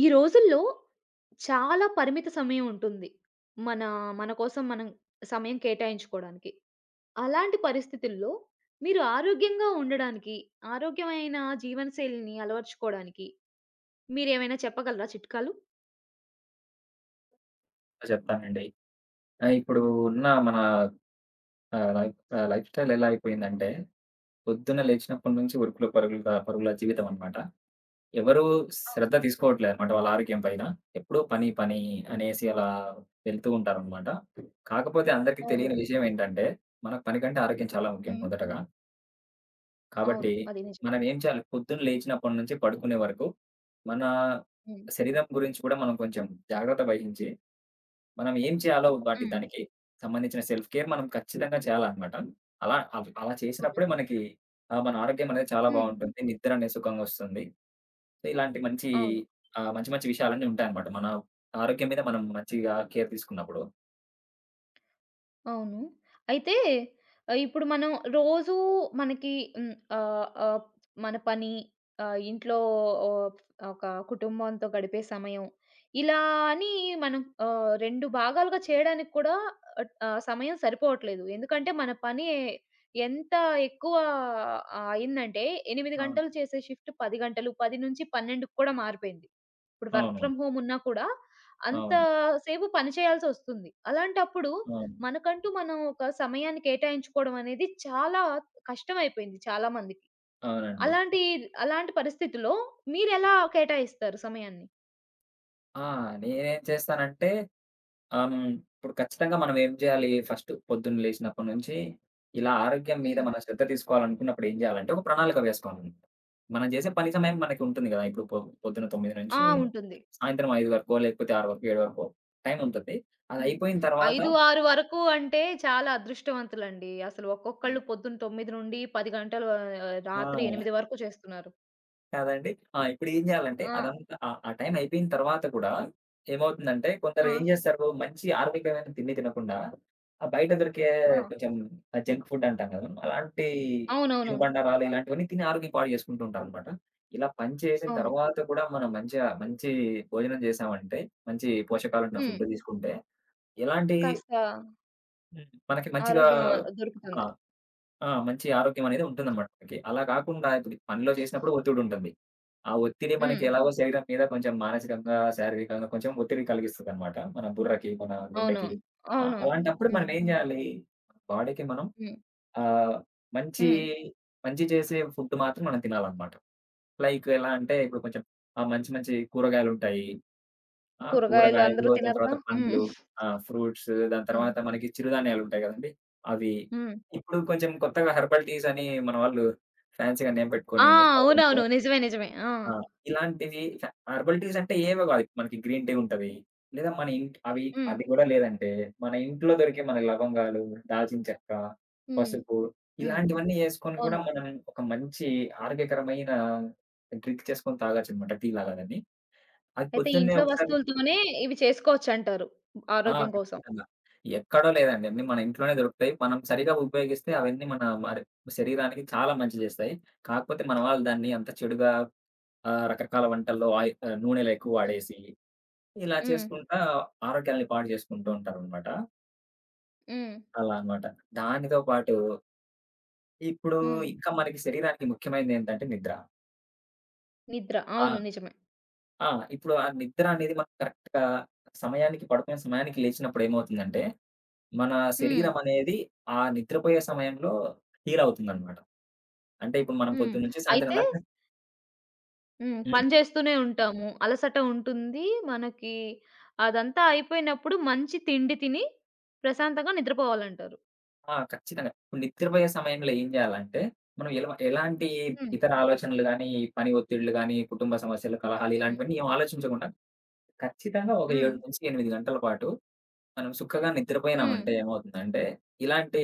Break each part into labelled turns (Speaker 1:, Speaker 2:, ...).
Speaker 1: ఈ రోజుల్లో చాలా పరిమిత సమయం ఉంటుంది. మన మన కోసం మనం సమయం కేటాయించుకోవడానికి. అలాంటి పరిస్థితుల్లో మీరు ఆరోగ్యంగా ఉండడానికి, ఆరోగ్యమైన జీవనశైలిని అలవర్చుకోవడానికి మీరేమైనా చెప్పగలరా చిట్కాలు?
Speaker 2: ఆ! చెప్తానండి. ఇప్పుడు ఉన్న మన లైఫ్‌స్టైల్ ఎలా అయిపోయిందంటే, పొద్దున్న లేచినప్పటి నుంచి ఉరుకుల పరుగుల పరుగుల జీవితం అనమాట. ఎవరు
Speaker 1: అవ్
Speaker 2: శ్రద్ధ తీసుకోవట్లేదనమాట వాళ్ళ ఆరోగ్యం పైన. ఎప్పుడూ పని, పని అనేసి అలా వెళ్తూ ఉంటారనమాట. కాకపోతే అందరికీ తెలియని
Speaker 1: అవునవును.
Speaker 2: విషయం ఏంటంటే, మనకు పని కంటే ఆరోగ్యం చాలా ముఖ్యం
Speaker 1: హ్మ్.
Speaker 2: మొదటగా.
Speaker 1: అవును.
Speaker 2: కాబట్టి
Speaker 1: అది నిజం.
Speaker 2: మనం ఏం చేయాలి, పొద్దున్న లేచినప్పటి నుంచి పడుకునే వరకు, మన
Speaker 1: హ్మ్.
Speaker 2: శరీరం గురించి కూడా మనం కొంచెం జాగ్రత్త వహించి మనం ఏం చేయాలో వాటి
Speaker 1: హ్మ్.
Speaker 2: దానికి సంబంధించిన సెల్ఫ్ కేర్ మనం ఖచ్చితంగా చేయాలనమాట. అలా
Speaker 1: అవును.
Speaker 2: చేసినప్పుడే మనకి మన ఆరోగ్యం అనేది చాలా
Speaker 1: హ్మ్.
Speaker 2: బావుంటుంది. నిద్ర అనేది సుఖంగా వస్తుంది. సో, ఇలాంటి మంచి
Speaker 1: అవును.
Speaker 2: ఆహ్, మంచి మంచి విషయాలన్నీ ఉంటాయన్నమాట. మన ఆరోగ్యం మీద మనం మంచిగా కేర్ తీసుకున్నప్పుడు.
Speaker 1: అవును. అయితే ఇప్పుడు మనం రోజూ మనకి ఆహ్, ఆహ్, మన పని ఇంట్లో ఆహ్, ఒక కుటుంబంతో గడిపే సమయం. ఇలా అని మనం 2 భాగాలుగా చేయడానికి కూడా సమయం సరిపోవట్లేదు. ఎందుకంటే మన పని ఎంత ఎక్కువ అయిందంటే 8 గంటలు
Speaker 2: అవును.
Speaker 1: చేసే షిఫ్ట్ 10 గంటలు, 10-12కి కూడా మారిపోయింది. ఇప్పుడు వర్క్
Speaker 2: అవును.
Speaker 1: ఫ్రమ్ హోమ్ ఉన్నా కూడా అంత
Speaker 2: అవును.
Speaker 1: సేపు పని చేయాల్సొస్తుంది. అలాంటప్పుడు
Speaker 2: అవును.
Speaker 1: మనకంటూ మనం ఒక సమయాన్ని కేటాయించుకోవడం అనేది చాలా కష్టమైపోయింది చాలా మందికి.
Speaker 2: అవునండి.
Speaker 1: అలాంటి అలాంటి పరిస్థితిలో మీరెలా కేటాయిస్తారు సమయాన్ని?
Speaker 2: ఆ! నేనేం చేస్తానంటే ఆ! హ్మ్. ఇప్పుడు ఖచ్చితంగా మనం ఏం చేయాలి? ఫస్ట్ పొద్దున్న లేసినప్పటి నుంచి, ఇలా ఆరోగ్యం మీద
Speaker 1: హ్మ్.
Speaker 2: మనం శ్రద్ధ తీసుకోవాలనుకున్నప్పుడు ఏం చేయాలంటే, ఒక ప్రణాళిక వేసుకోవాలి. మనం చేసే పని సమయం మనకి ఉంటుంది కదా! ఇప్పుడు పొద్దున 9
Speaker 1: ఆ!
Speaker 2: నుంచి
Speaker 1: ఉంటుంది.
Speaker 2: సాయంత్రం 5 వరకో, లేకపోతే 6 వరకు, 7 వరకో టైం ఉంటది. అది
Speaker 1: హ్మ్.
Speaker 2: అయిపోయిన తర్వాత
Speaker 1: 5, 6 వరకు అంటే చాలా అదృష్టవంతులండి. అసలు
Speaker 2: ఆహ్,
Speaker 1: ఒక్కొక్కళ్ళు పొద్దున 9 నుండి 10 గంటలు రాత్రి 8
Speaker 2: ఆ!
Speaker 1: వరకు చేస్తున్నారు.
Speaker 2: కాదండి. ఆ! ఇప్పుడేం జేయాలంటే
Speaker 1: ఆ!
Speaker 2: అదంతా ఆ! ఆ టైం అయిపోయిన తర్వాత కూడా ఏమవుతుందంటే కొందరు
Speaker 1: ఆ!
Speaker 2: ఏం జేస్తారు మంచి ఆరోగ్యకరమైన తిండి తినకుండా ఆ బయట దొరికే
Speaker 1: ఆ!
Speaker 2: కొంచెం ఆ జంక్ ఫుడ్ అంటాం గదా! అలాంటి
Speaker 1: అవునవునవును.
Speaker 2: తినుబండారాలు ఇలాంటివన్నీ తిని ఆరోగ్యం పాడు జేసుకుంటూ ఉంటారనమాట. ఇలా పని చేసిన
Speaker 1: అవును.
Speaker 2: తర్వాత కూడా మనం మంచిగా మంచి భోజనం జేసామంటే, మంచి పోషకాలున్న
Speaker 1: హ్మ్.
Speaker 2: ఫుడ్ తీసుకుంటే ఎలాంటి
Speaker 1: కాస్త
Speaker 2: హ్మ్. మనకి మంచిగా
Speaker 1: ఆరోగ్యం
Speaker 2: ఆ!
Speaker 1: దొరుకుతుంది.
Speaker 2: ఆ! మంచి ఆరోగ్యం అనేది ఉంటుందన్నమాట మనకి. అలా కాకుండా ఇప్పుడు పనిలో చేసినప్పుడు ఒత్తిడుంటుంది. ఆ ఒత్తిడి
Speaker 1: హ్మ్.
Speaker 2: మనకి ఎలాగో అవును. శరీరం మీద కొంచెం మానసికంగా, శారీరకంగా కొంచెం ఒత్తిడి కలిగిస్తదన్నమాట. మన బుర్రకి, మన గుండెకి.
Speaker 1: అవునవును.
Speaker 2: ఆ!
Speaker 1: అవునవును.
Speaker 2: అలాంటప్పుడు మనం
Speaker 1: హ్మ్.
Speaker 2: ఏం జేయాలి? బాడీకి మనం
Speaker 1: హ్మ్.
Speaker 2: ఆహ్, మంచి,
Speaker 1: హ్మ్.
Speaker 2: మంచి చేసే ఫుడ్ మాత్రం మనం తినాలన్నమాట. లైక్ ఎలా అంటే ఇప్పుడు కొంచెం మంచి మంచి కూరగాయలుంటాయి. ఆ!
Speaker 1: కూరగాయలు
Speaker 2: కూరగాయలు,
Speaker 1: అందరూ
Speaker 2: దాని
Speaker 1: తినరుగా.
Speaker 2: తర్వాత
Speaker 1: హ్మ్.
Speaker 2: పండ్లు, ఆ! ఫ్రూట్స్ దాని
Speaker 1: హ్మ్.
Speaker 2: తర్వాత మనకి చిరుధాన్యాలుంటాయి గదండీ! అవి.
Speaker 1: హ్మ్.
Speaker 2: ఇప్పుడు కొంచెం కొత్తగా హెర్బల్ టీస్ అని మన వాళ్ళు ఫ్యాన్సీ‌గా నేమ్
Speaker 1: ఆ!
Speaker 2: పెట్టుకొని
Speaker 1: అవునవును.
Speaker 2: తాగుతుంటారు.
Speaker 1: నిజమే. నిజమే. ఆ!
Speaker 2: ఆ! ఇలాంటివి ఫ హెర్బల్ టీస్ అంటే ఏవో గాదు. మనకి గ్రీన్ టీ ఉంటది. లేదా మన ఇంట్ అవి
Speaker 1: హ్మ్.
Speaker 2: అది గూడా లేదంటే మన ఇంట్లో దొరికే మన లవంగాలు, దాల్చిన చెక్క,
Speaker 1: హ్మ్.
Speaker 2: పసుపు
Speaker 1: హ్మ్.
Speaker 2: ఇలాంటివన్నీ యేసుకొని గూడా
Speaker 1: అవును.
Speaker 2: మనం ఒక మంచి ఆరోగ్యకరమైన డ్రింక్ చేసుకొని తాగొచ్చనమాట. టీ లాగా‌గాని. అది
Speaker 1: అయితే
Speaker 2: పొద్దున్నే
Speaker 1: ఇంట్లో
Speaker 2: ఒకసారి
Speaker 1: వస్తువులతోనే ఇవి చేసుకోవచ్చంటారు.
Speaker 2: ఆ!
Speaker 1: ఆరోగ్యం కోసం.
Speaker 2: ఖచ్చితంగా. ఎక్కడో లేదండి. అన్నీ మన ఇంట్లోనే దొరుకుతాయి. మనం సరిగా ఉపయోగిస్తే అవన్నీ మన మరి శరీరానికి చాలా మంచి చేస్తాయి. కాకపోతే మన వాళ్ళు దాన్ని అంత చెడుగా రకరకాల వంటల్లో నూనెలు ఎక్కువ
Speaker 1: హ్మ్.
Speaker 2: వాడేసి, ఇలా
Speaker 1: హ్మ్.
Speaker 2: చేసుకుంటా ఆరోగ్యాన్ని పాడు చేసుకుంటూ ఉంటారనమాట.
Speaker 1: హ్మ్.
Speaker 2: అలా అనమాట. దానితో పాటు ఇప్పుడు
Speaker 1: హ్మ్.
Speaker 2: ఇంకా మనకి శరీరానికి ముఖ్యమైనది ఏంటంటే నిద్ర.
Speaker 1: నిద్ర. అవును.
Speaker 2: ఆ!
Speaker 1: నిజమే.
Speaker 2: ఆ! ఇప్పుడు ఆ నిద్ర అనేది మనం కరెక్ట్‌గా సమయానికి లేచినప్పుడు ఏమవుతుందంటే మన
Speaker 1: హ్మ్.
Speaker 2: శరీరం అనేది ఆ నిద్రపోయే సమయంలో హీల్ అవుతుందన్నమాట. అంటే ఇప్పుడు మనం
Speaker 1: హ్మ్.
Speaker 2: పొద్దున్న నుంచి సాయంత్రం
Speaker 1: అయితే
Speaker 2: దాకా హ్మ్.
Speaker 1: పని చేస్తూనే ఉంటాము. అలసట ఉంటుంది. మనకి అదంతా అయిపోయినప్పుడు మంచి తిండి తిని ప్రశాంతంగా నిద్రపోవాలంటారు.
Speaker 2: ఆ! ఖచ్చితంగా. ఇప్పుడు నిద్రపోయే సమయంలో ఏం చేయాలంటే, మనం ఎలాంటి
Speaker 1: హ్మ్.
Speaker 2: ఇతర ఆలోచనలు గాని, పని ఒత్తిడులు గాని, కుటుంబ సమస్యలు, కలహాలు
Speaker 1: హ్మ్.
Speaker 2: ఇలాంటివన్నీ ఏం ఆలోచించకుండా ఖచ్చితంగా ఒక
Speaker 1: హ్మ్.
Speaker 2: 7-8 గంటల పాటు మనం సుఖంగా
Speaker 1: హ్మ్.
Speaker 2: నిద్రపోయినామంటే ఏమవుతుందంటే, ఇలాంటి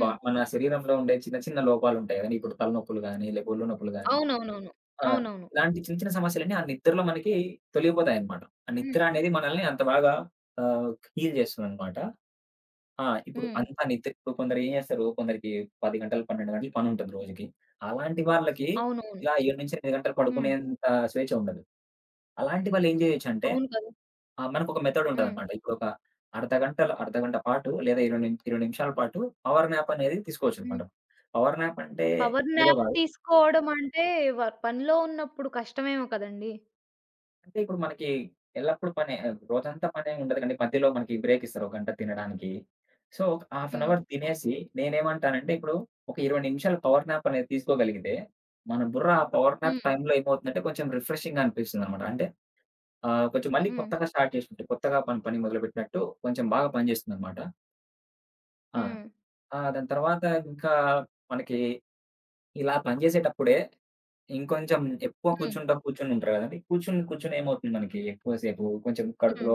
Speaker 2: బ మన శరీరంలో ఉండే చిన్న చిన్న లోపాలుంటాయి కదండీ! ఇప్పుడు తలనొప్పులు గాని, లేకపోతే ఒళ్ళు నొప్పులు గాని
Speaker 1: అవునవునవును.
Speaker 2: ఆ!
Speaker 1: అవునవును.
Speaker 2: ఇలాంటి చిన్న చిన్న సమస్యలన్నీ ఆ నిద్రలో మనకి తొలగిపోతాయన్నమాట. ఆ
Speaker 1: హ్మ్.
Speaker 2: నిద్ర అనేది మనల్ని అంత బాగా ఆహ్, హీల్ చేస్తుందన్నమాట. ఆ! ఇప్పుడు
Speaker 1: హ్మ్.
Speaker 2: అంతా నిద్ర ఇప్పుడు కొందరు ఏం చేస్తారు, కొందరికి 10 గంటలు, 12 గంటలు పనుంటది రోజుకి. అలాంటి వాళ్ళకి
Speaker 1: అవునవును.
Speaker 2: ఇలా 7-8 గంటలు
Speaker 1: హ్మ్.
Speaker 2: పడుకునేంత స్వేచ్ఛ ఉండదు. అలాంటి వాళ్ళు ఏం చేయొచ్చంటే
Speaker 1: అవును కదా!
Speaker 2: మనకొక మెథడ్
Speaker 1: హ్మ్.
Speaker 2: ఉంటదన్నమాట. ఇప్పుడొక అర్ధ గంట పాటు లేదా 20 నిమిషాల పాటు పవర్ న్యాప్ అనేది
Speaker 1: హ్మ్.
Speaker 2: తీసుకోవచ్చన్నమాట. పవర్ న్యాప్ అంటే
Speaker 1: పవర్
Speaker 2: ఏదో
Speaker 1: న్యాప్
Speaker 2: కాదు.
Speaker 1: తీసుకోవడం అంటే పనిలో ఉన్నప్పుడు కష్టమేమో కదండీ!
Speaker 2: అంటే ఇప్పుడు మనకి ఎల్లప్పుడు పనే రోజంతా పనే ఉండదు కానీ మధ్యలో మనకి బ్రేక్ ఇస్తారు. ఒక గంట తినడానికి. సో, ఒక హాఫ్ అన్
Speaker 1: హ్మ్.
Speaker 2: అవర్ తినేసి నేనేమంటానంటే ఇప్పుడు ఒక 20 నిమిషాలు పవర్ నాప్ అనేది తీసుకోగలిగితే, మన బుర్ర ఆ పవర్ నాప్
Speaker 1: హ్మ్.
Speaker 2: టైమ్‌లో ఏమవుతుందంటే కొంచెం రిఫ్రెషింగ్‌గా అనిపిస్తుందనమాట. అంటే కొంచెం మళ్ళీ
Speaker 1: హ్మ్.
Speaker 2: కొత్తగా స్టార్ట్ చేసినట్టు, కొత్తగా పని పని మొదలుపెట్టినట్టు కొంచెం బాగా పనిచేస్తుందనమాట. ఆ!
Speaker 1: హ్మ్.
Speaker 2: ఆ! దాని తర్వాత ఇంకా మనకి ఇలా పనిచేసేటప్పుడే ఇంకొంచెం ఎక్కువ
Speaker 1: హ్మ్.
Speaker 2: కూర్చునుంటారు గదండీ. కూర్చుని, కూర్చుని ఏమవుతుంది మనకి ఎక్కువ సేపు కొంచెం
Speaker 1: హ్మ్.
Speaker 2: కడుపులో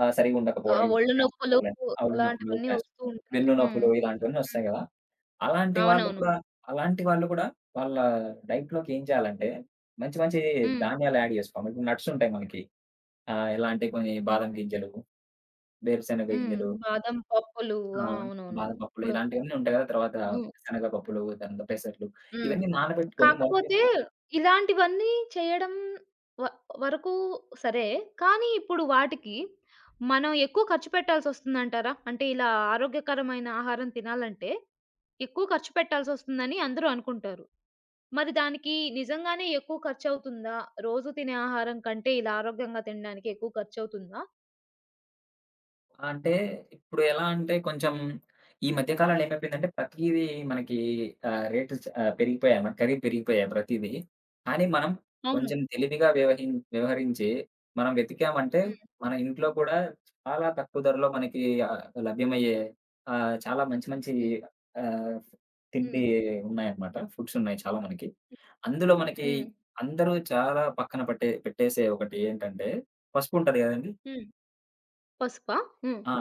Speaker 2: సరిగ్గా
Speaker 1: ఆ!
Speaker 2: ఉండకపోవడం, ఇవి
Speaker 1: ఒళ్ళు
Speaker 2: గ్యాస్
Speaker 1: నొప్పులు
Speaker 2: ప్రాబ్లమ్, కడుపులో నొప్పులు,
Speaker 1: అలాంటివన్నీ
Speaker 2: గ్యాస్
Speaker 1: వస్తూ ఉంటాయి.
Speaker 2: వెన్ను
Speaker 1: హ్మ్.
Speaker 2: నొప్పులు ఇలాంటివన్నీ వస్తాయి గదా! అలాంటి వాళ్ళు
Speaker 1: అవునవును.
Speaker 2: కూడా అలాంటి వాళ్ళు గూడా వాళ్ళ డైట్‌లోకి ఏం చేయాలంటే మంచి మంచి
Speaker 1: హ్మ్.
Speaker 2: ధాన్యాలు యాడ్ చేసుకోవాలి. ఇప్పుడు నట్స్ ఉంటాయి మనకి. ఎలా అంటే కొన్ని బాదం గింజలు, వేరుశెనగ
Speaker 1: హ్మ్.
Speaker 2: గింజలు,
Speaker 1: బాదం పప్పులు. ఆ!
Speaker 2: ఆహ్,
Speaker 1: అవునవునవును.
Speaker 2: బాదం పప్పులు
Speaker 1: ఇప్పుడు
Speaker 2: ఇలాంటివన్నీ ఉంటాయి గదా! తర్వాత
Speaker 1: హ్మ్.
Speaker 2: శనగ పప్పులు, తర్వాత పెసర్లు
Speaker 1: హ్మ్.
Speaker 2: ఇవన్నీ నానబెట్టుకొని మొలక
Speaker 1: కాకపోతే ఇలాంటివన్నీ చేయడం వ వరకు సరే. కానీ ఇప్పుడు వాటికి మనం ఎక్కువ ఖర్చు పెట్టాల్సొస్తుందంటారా? అంటే ఇలా ఆరోగ్యకరమైన ఆహారం తినాలంటే ఎక్కువ ఖర్చు పెట్టాల్సొస్తుందని అందరూ అనుకుంటారు. మరి దానికి నిజంగానే ఎక్కువ ఖర్చవుతుందా? రోజు తినే ఆహారం కంటే ఇలా ఆరోగ్యంగా తినడానికి ఎక్కువ ఖర్చవుతుందా?
Speaker 2: అంటే ఇప్పుడు ఎలా అంటే కొంచెం ఈ మధ్య కాలంలో ఏమైపోయిందంటే ప్రతీదీ మనకి ఆహ్, రేటు చ ఆహ్, పెరిగిపోయాయన్నమాట. ఖరీదు పెరిగిపోయాయి ప్రతీదీ. కానీ మనం
Speaker 1: అవును.
Speaker 2: కొంచెం తెలివిగా వ్యవహరించి మనం వెతికామంటే
Speaker 1: హ్మ్.
Speaker 2: మన ఇంట్లో కూడా చాలా తక్కువ ధరలో మనకి ఆహ్, లభ్యమయ్యే చాలా మంచి మంచి
Speaker 1: హ్మ్.
Speaker 2: ఆహ్, తిండి
Speaker 1: హ్మ్.
Speaker 2: ఉన్నాయన్నమాట. ఫుడ్స్ ఉన్నాయి చాలా మనకి. అందులో మనకి
Speaker 1: హ్మ్.
Speaker 2: అందరూ చాలా పక్కన పట్టే పెట్టేసే ఒకటి ఏంటంటే పసుపు ఉంటది గదండీ!
Speaker 1: హ్మ్. పసుపా? హ్మ్.
Speaker 2: ఆ!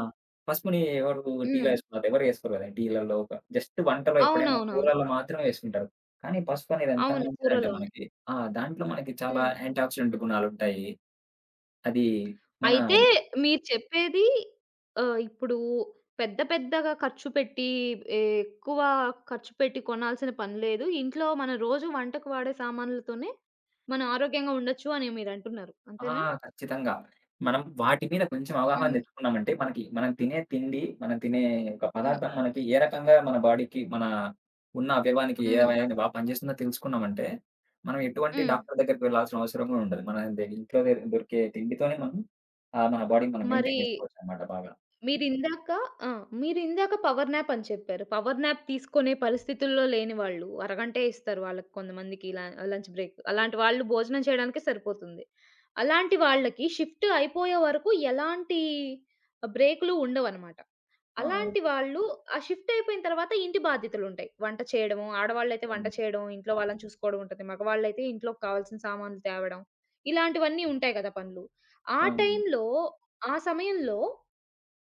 Speaker 2: పసుపుని ఎవరు టీలో
Speaker 1: హ్మ్.
Speaker 2: ఏసుకోరు. ఎవరు ఏసుకోరు గదా! టీలలో ఒక జస్ట్ వంటలో ఎప్పుడైనా
Speaker 1: అవునవునవును.
Speaker 2: కూరల్లో మాత్రమే వేసుకుంటారు. కానీ పసుపు అనేది ఎంత
Speaker 1: అవును.
Speaker 2: మంచిదంటే
Speaker 1: కూరలోనే.
Speaker 2: మనకి ఆ! దాంట్లో మనకి చాలా
Speaker 1: హ్మ్.
Speaker 2: యాంటీ ఆక్సిడెంట్ గుణాలుంటాయి. అది మన
Speaker 1: అయితే మీరు చెప్పేది ఇప్పుడు పెద్ద పెద్దగా ఖర్చు పెట్టి ఏ, ఎక్కువ ఖర్చు పెట్టి కొనాల్సిన పని లేదు. ఇంట్లో మన రోజు వంటకు వాడే సామాన్లతోనే మనం ఆరోగ్యంగా ఉండొచ్చు అని మీరంటున్నారు.
Speaker 2: ఆ!
Speaker 1: అంతేనా?
Speaker 2: ఖచ్చితంగా. మనం వాటి మీద కొంచెం అవగాహన
Speaker 1: హ్మ్.
Speaker 2: తెచ్చుకున్నామంటే, మనకి మనం తినే తిండి, మనం తినే ఒక
Speaker 1: హ్మ్.
Speaker 2: పదార్థం మనకి ఏ రకంగా మన బాడీకి, మన ఉన్న అవయవానికి ఏ
Speaker 1: హ్మ్.
Speaker 2: అవయవాన్ని పనిచేస్తుందో తెలుసుకున్నామంటే, మనం ఎటువంటి
Speaker 1: హ్మ్.
Speaker 2: డాక్టర్ దగ్గరికి వెళ్ళాల్సిన అవసరం కూడా ఉండదు. మన ఇంట్లో దొరికే తిండితోనే మనం మన బాడీని మనం
Speaker 1: మరి
Speaker 2: మెయింటైన్ చేసుకోవచ్చనమాట బాగా.
Speaker 1: మీరిందాక ఆ! మీరిందాక పవర్ నాప్ అని చెప్పారు. పవర్ నాప్ తీసుకునే పరిస్థితుల్లో లేని వాళ్ళు అరగంటే ఇస్తారు వాళ్ళకి కొంతమందికి లంచ్ బ్రేక్. అలాంటి వాళ్ళు భోజనం చేయడానికే సరిపోతుంది. అలాంటి వాళ్ళకి షిఫ్ట్ అయిపోయే వరకు ఎలాంటి బ్రేకులు ఉండవనమాట. అలాంటి
Speaker 2: ఆ!
Speaker 1: వాళ్ళు ఆ షిఫ్ట్ అయిపోయిన తర్వాత ఇంటి బాధ్యతలుంటాయి. వంట చేయడము, ఆడవాళ్ళైతే వంట
Speaker 2: అవును.
Speaker 1: చేయడం, ఇంట్లో వాళ్ళని చూసుకోవడం ఉంటది. మగవాళ్ళైతే ఇంట్లోకి కావాల్సిన సామాన్లు తేవడం, ఇలాంటివన్నీ ఉంటాయి కదా! పనులు. ఆ
Speaker 2: అవును.
Speaker 1: టైంలో, ఆ సమయంలో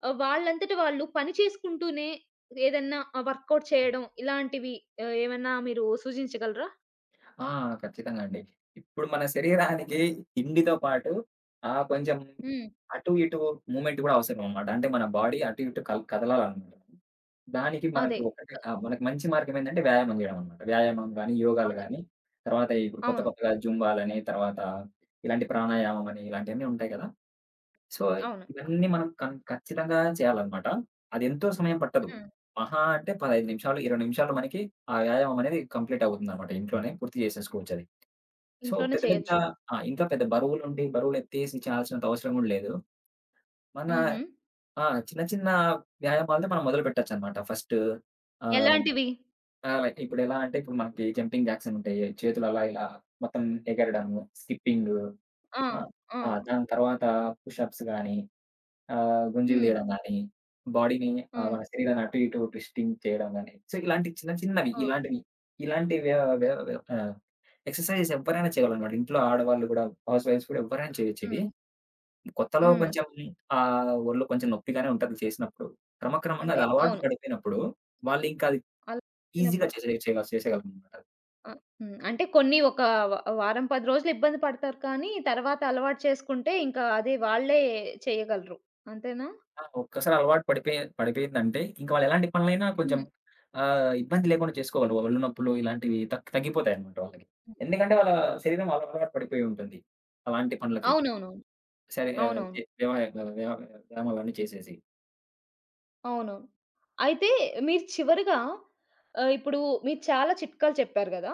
Speaker 1: వాళ్ళంతట వాళ్ళు పని చేసుకుంటూనే ఏదన్నా వర్కౌట్ చేయడం ఇలాంటివి ఏమన్నా మీరు సూచించగలరా?
Speaker 2: ఆ! ఖచ్చితంగా అండి. ఇప్పుడు మన శరీరానికి తిండితో పాటు కొంచెం
Speaker 1: హ్మ్.
Speaker 2: అటు ఇటు మూవ్‌మెంట్ కూడా అవసరమనమాట. అంటే మన బాడీ అటు ఇటు కదలాలనమాట. దానికి
Speaker 1: అదే.
Speaker 2: మనకి ఒకటే ఆ! మనకి మంచి మార్గం ఏంటంటే వ్యాయామం చేయడం అనమాట. వ్యాయామం గాని, యోగాలు
Speaker 1: అదే.
Speaker 2: గాని, తర్వాత ఇప్పుడు కొత్త
Speaker 1: అవును.
Speaker 2: కొత్తగా జుంబాలని, తర్వాత ఇలాంటి ప్రాణాయామం అని ఇలాంటియన్నీ ఉంటాయి కదా! సో,
Speaker 1: అవును.
Speaker 2: ఇవన్నీ మనం ఖచ్చితంగా చేయాలన్నమాట. అదెంతో సమయం పట్టదు.
Speaker 1: హ్మ్.
Speaker 2: మహా అంటే 15 నిమిషాలు, 20 నిమిషాల్లో మనకి ఆ వ్యాయామం అనేది కంప్లీట్ అవుతుందన్నమాట. ఇంట్లోనే పూర్తి చేసేసుకోవచ్చది. సో,
Speaker 1: ఇంట్లోనే
Speaker 2: పెద్ద పెద్ద
Speaker 1: చేయొచ్చు.
Speaker 2: ఆ! ఇంట్లో పెద్ద బరువులుండి, బరువులెత్తేసి చేయాల్సినంత అవసరం గూడా లేదు. మన
Speaker 1: హుహు.
Speaker 2: ఆ! చిన్న చిన్న వ్యాయామాలతో మనం మొదలు పెట్టొచ్చన్నమాట. ఫస్ట్ ఆహ్,
Speaker 1: ఎలాంటివి?
Speaker 2: ఆహ్, లైక్ ఇప్పుడెలా అంటే ఇప్పుడు మనకి జంపింగ్ జాక్స్ ఉంటాయి. చేతులు అలా ఇలా మొత్తం ఎగరడము, స్కిప్పింగు.
Speaker 1: ఆ!
Speaker 2: ఆ!
Speaker 1: ఆ!
Speaker 2: ఆ! దాని తర్వాత పుషప్స్ గాని గుంజీలు
Speaker 1: హ్మ్.
Speaker 2: తీయడం గాని, బాడీని
Speaker 1: అవును.
Speaker 2: మన శరీరాన్ని అటు ఇటు ట్విస్టింగ్ చేయడం గాని, సో, ఇలాంటి చిన్న చిన్నవి
Speaker 1: ఆ!
Speaker 2: ఇలాంటివి, ఇలాంటి వ్య వ్య వ్య ఆహ్, ఎక్సర్‌సైజెస్ ఎవ్వరైనా చేయగలనమాట. ఇంట్లో ఆడవాళ్ళు గూడా, హౌస్ వైఫ్స్ కూడా ఎవ్వరైనా చేయొచ్చు ఇవి.
Speaker 1: హ్మ్.
Speaker 2: కొత్తలో
Speaker 1: హ్మ్.
Speaker 2: కొంచెం ఒళ్ళు కొంచెం నొప్పిగానే ఉంటది చేసినప్పుడు. క్రమక్రమంగా
Speaker 1: అంటే
Speaker 2: అది అలవాటు
Speaker 1: అవును.
Speaker 2: పడిపోయినప్పుడు, వాళ్ళింకా అది
Speaker 1: అలా
Speaker 2: ఈజీగా
Speaker 1: లేనప్పుడు.
Speaker 2: చేసేయగలరనమాట.
Speaker 1: ఆ! హ్మ్. అంటే కొన్ని ఒక వ వారం, 10 రోజులు ఇబ్బంది పడతారు కానీ తర్వాత అలవాటు చేసుకుంటే ఇంకా అదే వాళ్ళే చేయగలరు. అంతేనా?
Speaker 2: ఆ! ఒక్కసారి అలవాటు పడిపోయిందంటే, ఇంక వాళ్ళు ఎలాంటి పనులైనా కొంచెం
Speaker 1: హ్మ్.
Speaker 2: ఇబ్బంది లేకుండా చేసుకోగలరు. ఒళ్ళు నొప్పులు ఇలాంటివి తగ్గిపోతాయన్నమాట వాళ్ళకి.
Speaker 1: హ్మ్.
Speaker 2: ఎందుకంటే వాళ్ళ శరీరం అలవాటు పడిపోయి ఉంటుంది. అలాంటి పనులకి.
Speaker 1: అవునవునవును.
Speaker 2: సరే ఆహ్,
Speaker 1: అవునవును.
Speaker 2: చే వ్యవ వ్యవ వ్యవ వ్యాయామాలన్నీ చేసేసి.
Speaker 1: అవును. అయితే మీరు చివరగా ఇప్పుడు మీరు చాలా చిట్కాలు చెప్పారు గదా!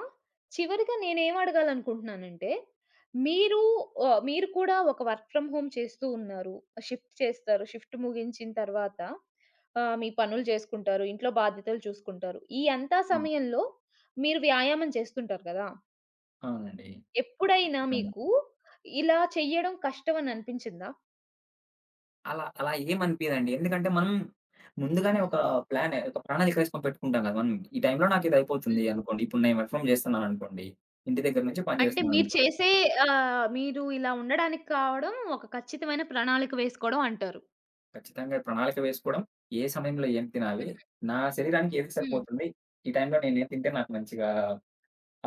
Speaker 1: చివరగా నేనేం అడగాలనుకుంటున్నానంటే, మీరు మీరు కూడా ఒక వర్క్ ఫ్రమ్ హోమ్ చేస్తూ ఉన్నారు. షిఫ్ట్ చేస్తారు. షిఫ్ట్ ముగించిన తర్వాత మీ పనులు చేసుకుంటారు. ఇంట్లో బాధ్యతలు చూసుకుంటారు. ఈ అంతా
Speaker 2: హ్మ్.
Speaker 1: సమయంలో మీరు వ్యాయామం చేస్తుంటారు గదా!
Speaker 2: అవునండి.
Speaker 1: ఎప్పుడైనా
Speaker 2: ఖచ్చితంగా.
Speaker 1: మీకు ఇలా చెయ్యడం కష్టం అని అనిపించిందా?
Speaker 2: అలా అలా ఏమనిపియదండి. ఎందుకంటే మనం ముందుగానే
Speaker 1: హ్మ్.
Speaker 2: ఒక ప్రణాళిక వేసుకొని పెట్టుకుంటాం కదా! మనం ఈ టైంలో నాకు ఇది అయిపోతుంది అనుకోండి. ఇప్పుడు నేను వర్క్ ఫ్రమ్ చేస్తున్నాననుకోండి. ఇంటి దగ్గర నుంచి పని
Speaker 1: అంటే
Speaker 2: చేస్తున్నాను.
Speaker 1: మీరు చేసే ఆహ్, మీరు ఇలా ఉండడానికి కావడం ఒక ఖచ్చితమైన ప్రణాళిక వేసుకోవడం అంటారు.
Speaker 2: ఖచ్చితంగా ప్రణాళిక వేసుకోవడం. ఏ సమయంలో ఏం తినాలి? నా శరీరానికి ఏది
Speaker 1: హ్మ్.
Speaker 2: సరిపోతుంది? ఈ టైంలో నేనేం తింటే నాకు మంచిగా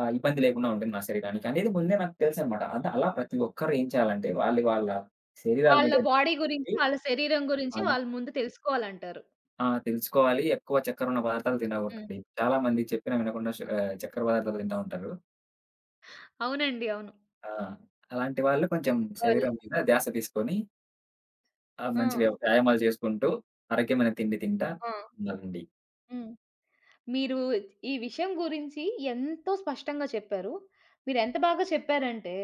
Speaker 2: ఇబ్బంది లేకుండా ఉంటుంది నా శరీరానికి అనేది ముందే నాకు తెలుసనమాట. అంటే అలా ప్రతి ఒక్కరు ఏం చేయాలంటే వాళ్ళ వాళ్ళ శరీరాల
Speaker 1: వాళ్ళ
Speaker 2: మీద
Speaker 1: బాడీ గురించి,
Speaker 2: దృష్టి
Speaker 1: వాళ్ళ శరీరం గురించి
Speaker 2: ఆ!
Speaker 1: వాళ్ళు ముందు తెలుసుకోవాలంటారు.
Speaker 2: ఆ! తెలుసుకోవాలి. ఎక్కువ చక్కెర ఉన్న పదార్థాలు
Speaker 1: హ్మ్.
Speaker 2: తినకూడదండి. చాలా మంది చెప్పినా వినకుండా చక్కెర పదార్థాలు తింటా ఉంటారు.
Speaker 1: అవునండి. అవును.
Speaker 2: ఆ! అలాంటి వాళ్ళు కొంచెం
Speaker 1: వాళ్ళే.
Speaker 2: శరీరం మీద ధ్యాస తీసుకొని
Speaker 1: ఆ!
Speaker 2: మంచి వ్యాయామాలు చేసుకుంటూ ఆరోగ్యమైన తిండి తింటా
Speaker 1: ఆ!
Speaker 2: ఉండాలండి.
Speaker 1: హ్మ్. మీరు ఈ విషయం గురించి ఎంతో స్పష్టంగా చెప్పారు. మీరెంత బాగా చెప్పారంటే,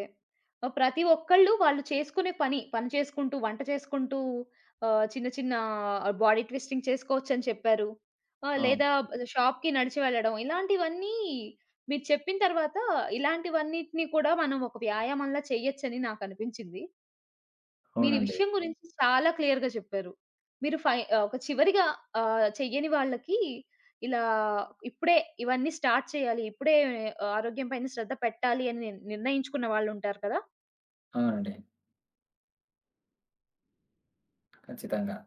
Speaker 1: ప్రతి ఒక్కళ్ళు వాళ్ళు చేసుకునే పని, పని చేసుకుంటూ, వంట చేసుకుంటూ చిన్న చిన్న బాడీ ట్విస్టింగ్ చేసుకోవచ్చని చెప్పారు.
Speaker 2: అవును.
Speaker 1: లేదా షాప్‌కి నడిచి వెళ్ళడం ఇలాంటివన్నీ మీరు చెప్పిన తర్వాత ఇలాంటివన్నిటిని కూడా మనం ఒక వ్యాయామంలా చేయొచ్చని నాకనిపించింది. మీరీ
Speaker 2: అవునండి.
Speaker 1: విషయం గురించి చాలా క్లియర్‌గా చెప్పారు. ఒక చివరిగా చెయ్యని వాళ్ళకి ఇలా ఇప్పుడే ఇవన్నీ స్టార్ట్ చేయాలి. ఇప్పుడే ఆరోగ్యం పైన శ్రద్ధ పెట్టాలి అని నిర్ణయించుకున్న వాళ్ళుంటారు కదా!
Speaker 2: అవునండి. ఖచ్చితంగా.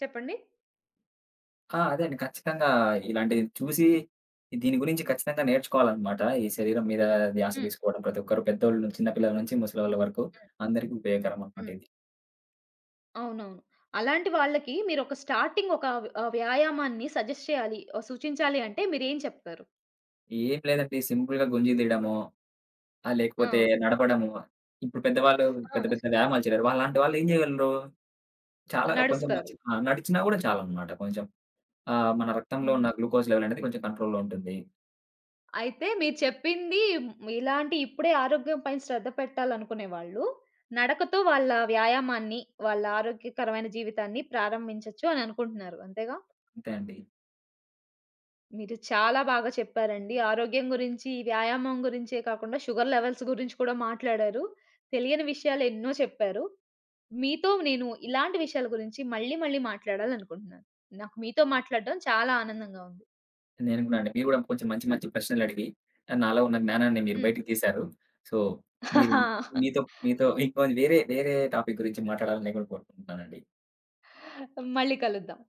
Speaker 1: చెప్పండి?
Speaker 2: ఆ! అదే అండి. ఖచ్చితంగా ఇలాంటిది చూసి దీని గురించి ఖచ్చితంగా నేర్చుకోవాలనమాట. ఈ శరీరం మీద ధ్యాస
Speaker 1: హ్మ్.
Speaker 2: తీసుకోవడం ప్రతి ఒక్కరు పెద్దోళ్ళు నుంచి, చిన్న పిల్లల నుంచి ముసలోళ్ళ వరకు
Speaker 1: హ్మ్.
Speaker 2: అందరికి ఉపయోగకరం అనమాట
Speaker 1: హ్మ్.
Speaker 2: ఇది.
Speaker 1: అవునవును. అలాంటి వాళ్ళకి మీరొక స్టార్టింగ్ వ్యాయామాన్ని సజెస్ట్ చేయాలి, సూచించాలి అంటే మీరేం చెప్తారు?
Speaker 2: ఏం లేదండి సింపుల్‌గా గుంజి తీయడమో,
Speaker 1: ఆ!
Speaker 2: లేకపోతే నడపడము. ఇప్పుడు పెద్దవాళ్ళు
Speaker 1: ఆ!
Speaker 2: పెద్ద పెద్ద వ్యాయామాలు చేయలేరు. వాళ్ళలాంటి వాళ్ళు ఏం చేయగలరు? చాలా కొంచెం
Speaker 1: నడుస్తారు.
Speaker 2: మంచి ఆ! నడిచినా కూడా చాలనమాట కొంచెం. మన రక్తంలో
Speaker 1: హ్మ్.
Speaker 2: ఉన్న గ్లూకోజ్ లెవెల్ అనేది కొంచెం కంట్రోల్‌లో ఉంటుంది.
Speaker 1: అయితే మీరు చెప్పింది మ్, ఇలాంటి ఇప్పుడే ఆరోగ్యం పైన శ్రద్ధ పెట్టాలనుకునే వాళ్ళు, నడకతో వాళ్ళ వ్యాయామాన్ని, వాళ్ళ ఆరోగ్యకరమైన జీవితాన్ని ప్రారంభించొచ్చు అని అనుకుంటున్నారు. అంతేగా?
Speaker 2: అంతే అండి.
Speaker 1: మీరు చాలా బాగా చెప్పారండి. ఆరోగ్యం గురించి, ఈ వ్యాయామం గురించే కాకుండా షుగర్ లెవెల్స్ గురించి కూడా మాట్లాడారు. తెలియని విషయాలు ఎన్నో చెప్పారు. మీతో నేను ఇలాంటి విషయాల గురించి మళ్ళీ మళ్ళీ మాట్లాడాలనుకుంటున్నాను. నాకు మీతో మాట్లాడడం చాలా ఆనందంగా ఉంది.
Speaker 2: నేను గూడా అండి. మీరు గూడా కొంచెం మంచి, మంచి ప్రశ్నలడిగి నాలో ఉన్న జ్ఞానాన్ని మీరు
Speaker 1: హ్మ్.
Speaker 2: బయటికి తీశారు. సో, మీరు మీతో మీతో ఇంకో వేరే టాపిక్ గురించి మాట్లాడాలని నేను గూడా కోరుకుంటున్నానండి.
Speaker 1: మళ్ళీ కలుద్దాం.